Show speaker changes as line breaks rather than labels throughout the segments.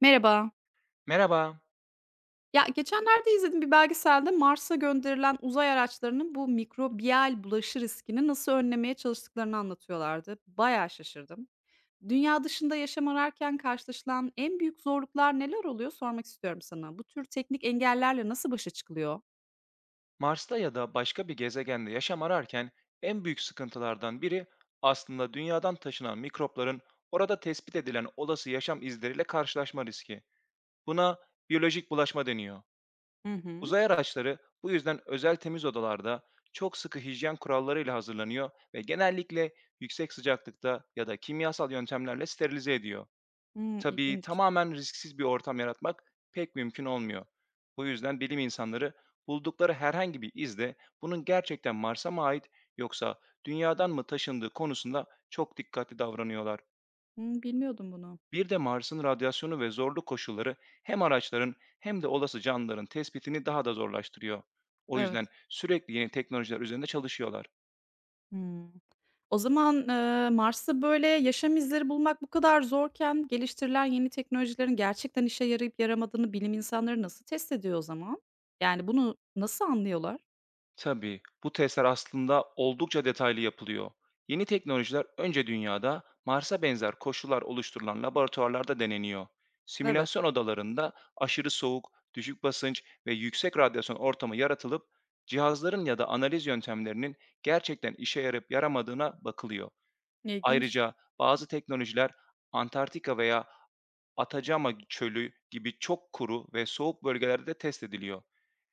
Merhaba.
Merhaba.
Ya geçenlerde izlediğim bir belgeselde Mars'a gönderilen uzay araçlarının bu mikrobiyal bulaşı riskini nasıl önlemeye çalıştıklarını anlatıyorlardı. Bayağı şaşırdım. Dünya dışında yaşam ararken karşılaşılan en büyük zorluklar neler oluyor sormak istiyorum sana. Bu tür teknik engellerle nasıl başa çıkılıyor?
Mars'ta ya da başka bir gezegende yaşam ararken en büyük sıkıntılardan biri aslında dünyadan taşınan mikropların orada tespit edilen olası yaşam izleriyle karşılaşma riski. Buna biyolojik bulaşma deniyor.
Hı hı.
Uzay araçları bu yüzden özel temiz odalarda çok sıkı hijyen kurallarıyla hazırlanıyor ve genellikle yüksek sıcaklıkta ya da kimyasal yöntemlerle sterilize ediyor.
Hmm,
Tabii
ilginç.
tamamen risksiz bir ortam yaratmak pek mümkün olmuyor. Bu yüzden bilim insanları buldukları herhangi bir izde bunun gerçekten Mars'a mı ait yoksa dünyadan mı taşındığı konusunda çok dikkatli davranıyorlar.
Hmm, bilmiyordum bunu.
Bir de Mars'ın radyasyonu ve zorlu koşulları hem araçların hem de olası canlıların tespitini daha da zorlaştırıyor. O yüzden
Evet.
sürekli yeni teknolojiler üzerinde çalışıyorlar.
Hmm. O zaman, Mars'ta böyle yaşam izleri bulmak bu kadar zorken geliştirilen yeni teknolojilerin gerçekten işe yarayıp yaramadığını bilim insanları nasıl test ediyor o zaman? Yani bunu nasıl anlıyorlar?
Tabii, bu testler aslında oldukça detaylı yapılıyor. Yeni teknolojiler önce dünyada Mars'a benzer koşullar oluşturulan laboratuvarlarda deneniyor.
Evet.
Simülasyon odalarında aşırı soğuk, düşük basınç ve yüksek radyasyon ortamı yaratılıp cihazların ya da analiz yöntemlerinin gerçekten işe yarayıp yaramadığına bakılıyor.
İlginç.
Ayrıca bazı teknolojiler Antarktika veya Atacama Çölü gibi çok kuru ve soğuk bölgelerde de test ediliyor.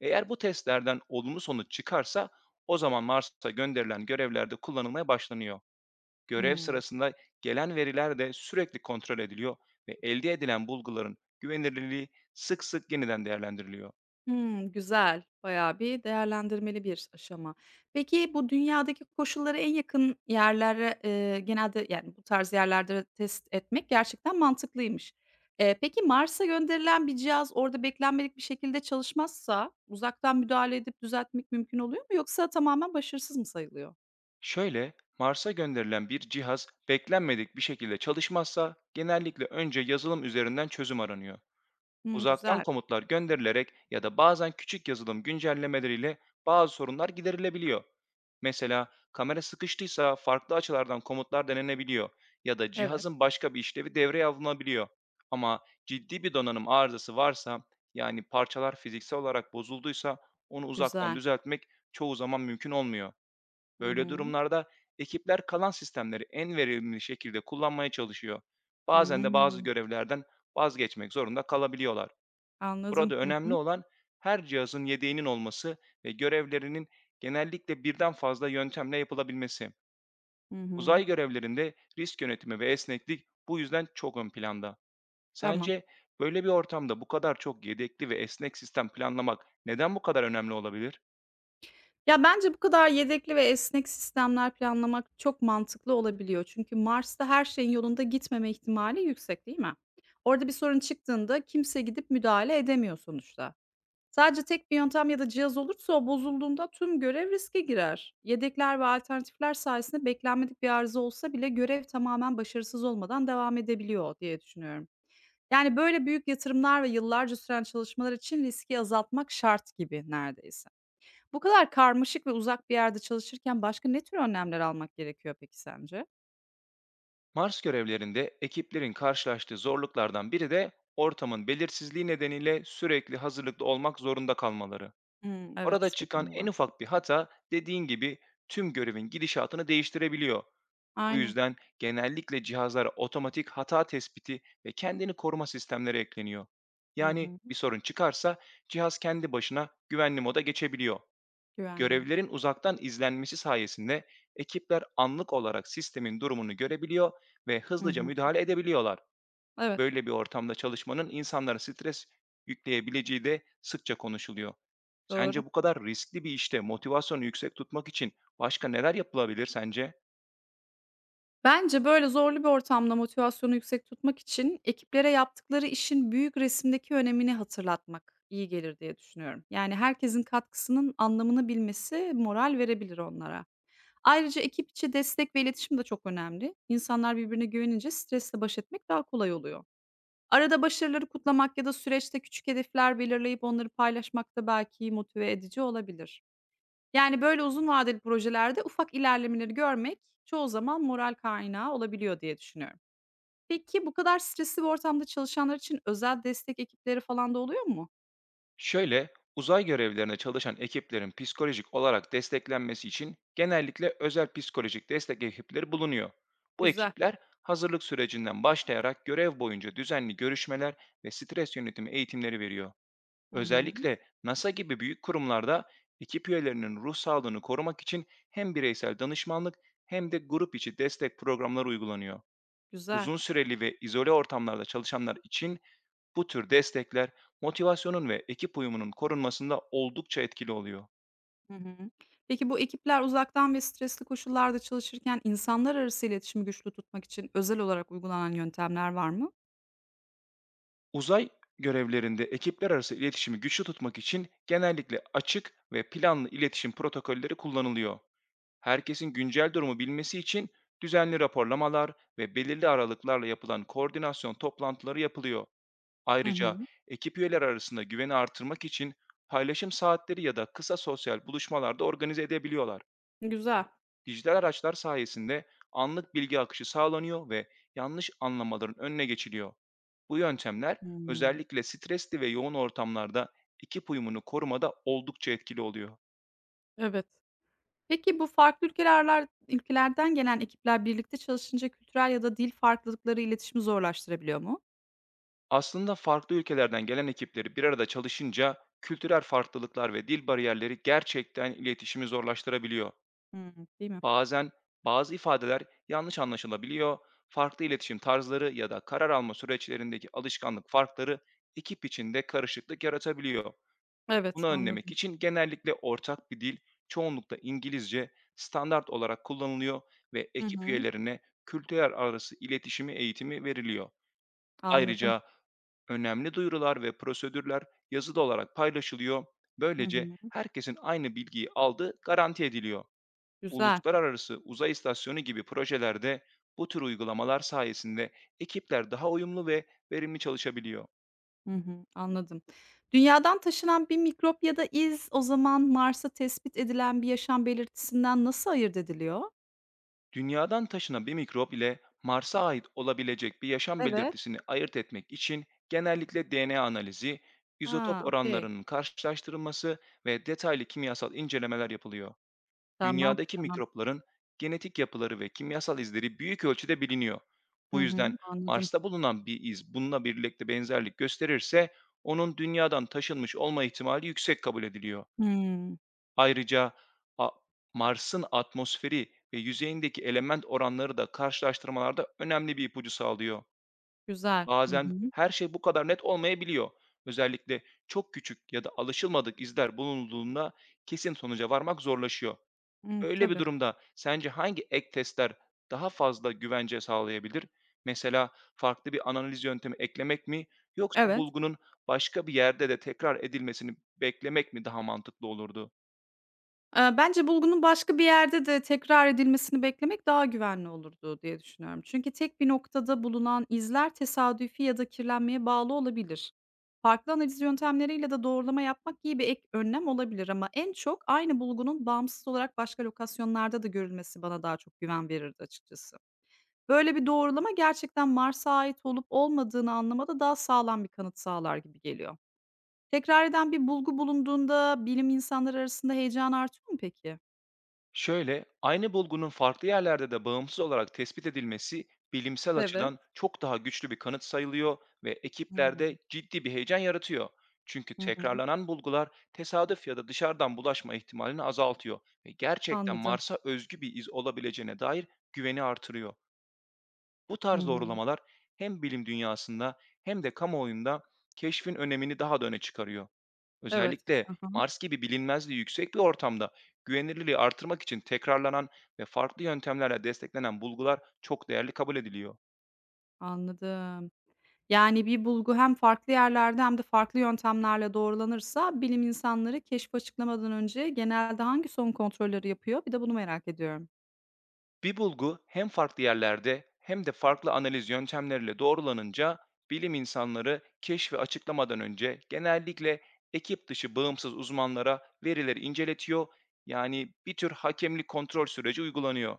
Eğer bu testlerden olumlu sonuç çıkarsa o zaman Mars'a gönderilen görevlerde kullanılmaya başlanıyor. Görev
Hıı.
sırasında gelen veriler de sürekli kontrol ediliyor ve elde edilen bulguların güvenilirliği sık sık yeniden değerlendiriliyor.
Hmm, güzel. Bayağı bir değerlendirmeli bir aşama. Peki, bu dünyadaki koşullara en yakın yerlere, genelde, yani, bu tarz yerlerde test etmek gerçekten mantıklıymış. Peki, Mars'a gönderilen bir cihaz orada beklenmedik bir şekilde çalışmazsa uzaktan müdahale edip düzeltmek mümkün oluyor mu yoksa tamamen başarısız mı sayılıyor?
Şöyle, Mars'a gönderilen bir cihaz beklenmedik bir şekilde çalışmazsa genellikle önce yazılım üzerinden çözüm aranıyor.
Hmm,
Uzaktan
güzel.
komutlar gönderilerek ya da bazen küçük yazılım güncellemeleriyle bazı sorunlar giderilebiliyor. Mesela kamera sıkıştıysa farklı açılardan komutlar denenebiliyor ya da
Evet,
cihazın başka bir işlevi devreye alınabiliyor. Ama ciddi bir donanım arızası varsa, yani parçalar fiziksel olarak bozulduysa, onu uzaktan
güzel.
düzeltmek çoğu zaman mümkün olmuyor.
Hı
Böyle
hı.
durumlarda ekipler kalan sistemleri en verimli şekilde kullanmaya çalışıyor. Bazen de bazı
Hımm,
görevlerden vazgeçmek zorunda kalabiliyorlar.
anladım.
Burada
Hı
önemli
hı.
olan her cihazın yedeğinin olması ve görevlerinin genellikle birden fazla yöntemle yapılabilmesi.
Hı hı.
Uzay görevlerinde risk yönetimi ve esneklik bu yüzden çok ön planda.
Tamam.
Sence böyle bir ortamda bu kadar çok yedekli ve esnek sistem planlamak neden bu kadar önemli olabilir?
Ya, bence bu kadar yedekli ve esnek sistemler planlamak çok mantıklı olabiliyor. Çünkü Mars'ta her şeyin yolunda gitmeme ihtimali yüksek, değil mi? Orada bir sorun çıktığında kimse gidip müdahale edemiyor sonuçta. Sadece tek bir yöntem ya da cihaz olursa o bozulduğunda tüm görev riske girer. Yedekler ve alternatifler sayesinde beklenmedik bir arıza olsa bile görev tamamen başarısız olmadan devam edebiliyor diye düşünüyorum. Yani böyle büyük yatırımlar ve yıllarca süren çalışmalar için riski azaltmak şart gibi neredeyse. Bu kadar karmaşık ve uzak bir yerde çalışırken başka ne tür önlemler almak gerekiyor peki sence?
Mars görevlerinde ekiplerin karşılaştığı zorluklardan biri de ortamın belirsizliği nedeniyle sürekli hazırlıklı olmak zorunda kalmaları.
Hımm,
Orada
evet, bir de
çıkan
bunu
en
var.
ufak bir hata, dediğin gibi, tüm görevin gidişatını değiştirebiliyor. Bu
Aynen.
yüzden genellikle cihazlara otomatik hata tespiti ve kendini koruma sistemleri ekleniyor.
Hı
Yani
hı.
bir sorun çıkarsa cihaz kendi başına güvenli moda geçebiliyor.
Güvenli mod.
Görevlerin uzaktan izlenmesi sayesinde ekipler anlık olarak sistemin durumunu görebiliyor ve
Hı
hızlıca
hı.
müdahale edebiliyorlar.
Evet,
Böyle bir ortamda çalışmanın insanlara stres yükleyebileceği de sıkça konuşuluyor.
doğru.
Sence bu kadar riskli bir işte motivasyonu yüksek tutmak için başka neler yapılabilir sence?
Bence böyle zorlu bir ortamda motivasyonu yüksek tutmak için ekiplere yaptıkları işin büyük resimdeki önemini hatırlatmak iyi gelir diye düşünüyorum. Yani herkesin katkısının anlamını bilmesi moral verebilir onlara. Ayrıca ekip içi destek ve iletişim de çok önemli. İnsanlar birbirine güvenince stresle baş etmek daha kolay oluyor. Arada başarıları kutlamak ya da süreçte küçük hedefler belirleyip onları paylaşmak da belki motive edici olabilir. Yani böyle uzun vadeli projelerde ufak ilerlemeleri görmek çoğu zaman moral kaynağı olabiliyor diye düşünüyorum. Peki bu kadar stresli bir ortamda çalışanlar için özel destek ekipleri falan da oluyor mu?
Şöyle, uzay görevlerine çalışan ekiplerin psikolojik olarak desteklenmesi için genellikle özel psikolojik destek ekipleri bulunuyor. Bu
Güzel.
ekipler hazırlık sürecinden başlayarak görev boyunca düzenli görüşmeler ve stres yönetimi eğitimleri veriyor.
Hı hı.
Özellikle NASA gibi büyük kurumlarda ekip üyelerinin ruh sağlığını korumak için hem bireysel danışmanlık hem de grup içi destek programları uygulanıyor.
Güzel.
Uzun süreli ve izole ortamlarda çalışanlar için bu tür destekler motivasyonun ve ekip uyumunun korunmasında oldukça etkili oluyor.
Hı hı. Peki bu ekipler uzaktan ve stresli koşullarda çalışırken insanlar arası iletişimi güçlü tutmak için özel olarak uygulanan yöntemler var mı?
Uzay görevlerinde ekipler arası iletişimi güçlü tutmak için genellikle açık ve planlı iletişim protokolleri kullanılıyor. Herkesin güncel durumu bilmesi için düzenli raporlamalar ve belirli aralıklarla yapılan koordinasyon toplantıları yapılıyor.
Hı
Ayrıca
hı.
ekip üyeleri arasında güveni artırmak için paylaşım saatleri ya da kısa sosyal buluşmalarda organize edebiliyorlar.
Güzel.
Dijital araçlar sayesinde anlık bilgi akışı sağlanıyor ve yanlış anlamaların önüne geçiliyor. Bu yöntemler
Hmm,
özellikle stresli ve yoğun ortamlarda ekip uyumunu korumada oldukça etkili oluyor.
evet. Peki bu farklı ülkelerden gelen ekipler birlikte çalışınca kültürel ya da dil farklılıkları iletişimi zorlaştırabiliyor mu?
Aslında farklı ülkelerden gelen ekipleri bir arada çalışınca kültürel farklılıklar ve dil bariyerleri gerçekten iletişimi zorlaştırabiliyor.
Hımm, değil mi?
Bazen bazı ifadeler yanlış anlaşılabiliyor, farklı iletişim tarzları ya da karar alma süreçlerindeki alışkanlık farkları ekip içinde karışıklık yaratabiliyor.
Evet,
Bunu önlemek
anladım.
için genellikle ortak bir dil, çoğunlukla İngilizce, standart olarak kullanılıyor ve
Hı
ekip
hı.
üyelerine kültürel arası iletişimi eğitimi veriliyor.
Anladım.
Ayrıca önemli duyurular ve prosedürler yazılı olarak paylaşılıyor.
Hı
Böylece
hı.
herkesin aynı bilgiyi aldığı garanti ediliyor.
Güzel.
Uluslararası Uzay İstasyonu gibi projelerde bu tür uygulamalar sayesinde ekipler daha uyumlu ve verimli çalışabiliyor.
Hı hı, anladım. Dünyadan taşınan bir mikrop ya da iz o zaman Mars'ta tespit edilen bir yaşam belirtisinden nasıl ayırt ediliyor?
Dünyadan taşınan bir mikrop ile Mars'a ait olabilecek bir yaşam
Evet.
belirtisini ayırt etmek için genellikle DNA analizi, izotop
Ha, okay.
oranlarının karşılaştırılması ve detaylı kimyasal incelemeler yapılıyor.
Tamam,
Dünyadaki
tamam.
mikropların genetik yapıları ve kimyasal izleri büyük ölçüde biliniyor.
Hı
Bu
hı.
yüzden
Anladım.
Mars'ta bulunan bir iz bununla birlikte benzerlik gösterirse onun dünyadan taşınmış olma ihtimali yüksek kabul ediliyor.
Hımm.
Ayrıca a Mars'ın atmosferi ve yüzeyindeki element oranları da karşılaştırmalarda önemli bir ipucu sağlıyor.
Güzel. Hı
Bazen
hı.
her şey bu kadar net olmayabiliyor. Özellikle çok küçük ya da alışılmadık izler bulunduğunda kesin sonuca varmak zorlaşıyor.
Hımm.
Öyle bir
Tabii.
durumda sence hangi ek testler daha fazla güvence sağlayabilir? Mesela farklı bir analiz yöntemi eklemek mi, yoksa
Evet.
bulgunun başka bir yerde de tekrar edilmesini beklemek mi daha mantıklı olurdu?
Bence bulgunun başka bir yerde de tekrar edilmesini beklemek daha güvenli olurdu diye düşünüyorum. Çünkü tek bir noktada bulunan izler tesadüfi ya da kirlenmeye bağlı olabilir. Farklı analiz yöntemleriyle de doğrulama yapmak iyi bir ek önlem olabilir ama en çok aynı bulgunun bağımsız olarak başka lokasyonlarda da görülmesi bana daha çok güven verirdi açıkçası. Böyle bir doğrulama gerçekten Mars'a ait olup olmadığını anlamada daha sağlam bir kanıt sağlar gibi geliyor. Tekrar eden bir bulgu bulunduğunda bilim insanları arasında heyecan artıyor mu peki?
Şöyle, aynı bulgunun farklı yerlerde de bağımsız olarak tespit edilmesi bilimsel
Evet.
açıdan çok daha güçlü bir kanıt sayılıyor ve
Hımm.
ekiplerde ciddi bir heyecan yaratıyor. Çünkü
Hı hı.
tekrarlanan bulgular tesadüf ya da dışarıdan bulaşma ihtimalini azaltıyor ve gerçekten
Anladım.
Mars'a özgü bir iz olabileceğine dair güveni artırıyor. Bu
Hı
tarz
hı.
doğrulamalar hem bilim dünyasında hem de kamuoyunda keşfin önemini daha da öne çıkarıyor.
Evet.
Özellikle
Hı hı.
Mars gibi bilinmezliği yüksek bir ortamda güvenilirliği artırmak için tekrarlanan ve farklı yöntemlerle desteklenen bulgular çok değerli kabul ediliyor.
Anladım. Yani, bir bulgu hem farklı yerlerde hem de farklı yöntemlerle doğrulanırsa bilim insanları keşfi açıklamadan önce genelde hangi son kontrolleri yapıyor? Bir de bunu merak ediyorum.
Bir bulgu hem farklı yerlerde hem de farklı analiz yöntemleriyle doğrulanınca bilim insanları keşfi açıklamadan önce genellikle ekip dışı bağımsız uzmanlara verileri inceletiyor. Yani bir tür hakemli kontrol süreci uygulanıyor.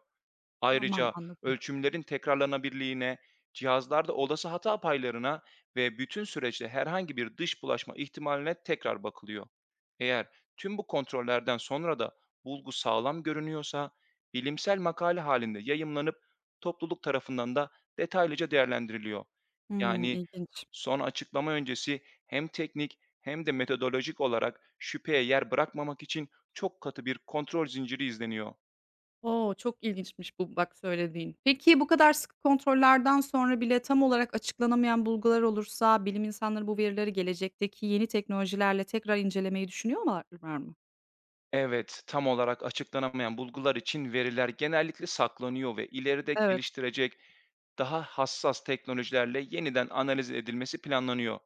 Tamam,
Ayrıca
anladım.
ölçümlerin tekrarlanabilirliğine, cihazlarda olası hata paylarına ve bütün süreçte herhangi bir dış bulaşma ihtimaline tekrar bakılıyor. Eğer tüm bu kontrollerden sonra da bulgu sağlam görünüyorsa, bilimsel makale halinde yayımlanıp topluluk tarafından da detaylıca değerlendiriliyor.
Hımm,
Yani
ilginç.
son açıklama öncesi hem teknik hem de metodolojik olarak şüpheye yer bırakmamak için çok katı bir kontrol zinciri izleniyor.
O! Çok ilginçmiş bu bak söylediğin. Peki bu kadar sıkı kontrollerden sonra bile tam olarak açıklanamayan bulgular olursa bilim insanları bu verileri gelecekteki yeni teknolojilerle tekrar incelemeyi düşünüyorlar mı?
Evet, tam olarak açıklanamayan bulgular için veriler genellikle saklanıyor ve ileride
Evet.
geliştirecek daha hassas teknolojilerle yeniden analiz edilmesi planlanıyor.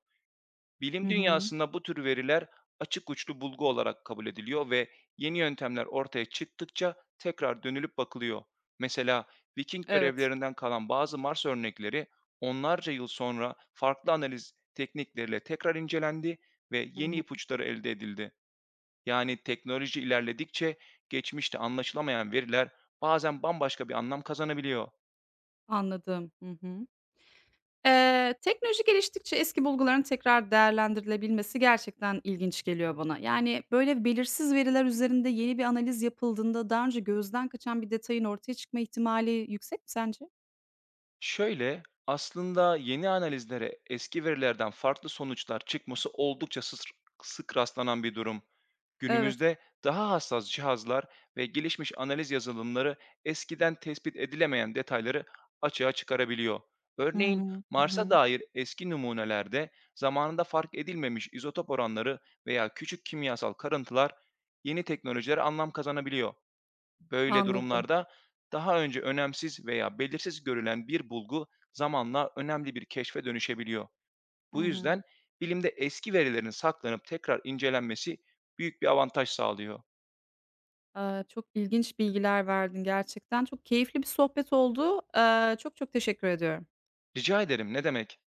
Hı
Bilim
hı.
dünyasında bu tür veriler açık uçlu bulgu olarak kabul ediliyor ve yeni yöntemler ortaya çıktıkça tekrar dönülüp bakılıyor. Mesela Viking
Evet.
görevlerinden kalan bazı Mars örnekleri onlarca yıl sonra farklı analiz teknikleriyle tekrar incelendi ve
Hı
yeni
hı.
ipuçları elde edildi. Yani teknoloji ilerledikçe geçmişte anlaşılamayan veriler bazen bambaşka bir anlam kazanabiliyor.
Anladım. Hı hı. Teknoloji geliştikçe eski bulguların tekrar değerlendirilebilmesi gerçekten ilginç geliyor bana. Yani, böyle, belirsiz veriler üzerinde yeni bir analiz yapıldığında daha önce gözden kaçan bir detayın ortaya çıkma ihtimali yüksek mi sence?
Şöyle, aslında yeni analizlere eski verilerden farklı sonuçlar çıkması oldukça sık rastlanan bir durum.
Evet.
Günümüzde daha hassas cihazlar ve gelişmiş analiz yazılımları eskiden tespit edilemeyen detayları açığa çıkarabiliyor.
Hı
Örneğin
hı. Hı
Mars'a
hı.
dair eski numunelerde zamanında fark edilmemiş izotop oranları veya küçük kimyasal karıntılar yeni teknolojilere anlam kazanabiliyor. Böyle
Anladım.
durumlarda daha önce önemsiz veya belirsiz görülen bir bulgu zamanla önemli bir keşfe dönüşebiliyor.
Hı
Bu
hı.
yüzden bilimde eski verilerin saklanıp tekrar incelenmesi büyük bir avantaj sağlıyor.
Çok ilginç bilgiler verdin gerçekten. Çok keyifli bir sohbet oldu. Çok çok teşekkür ediyorum.
Rica ederim, ne demek.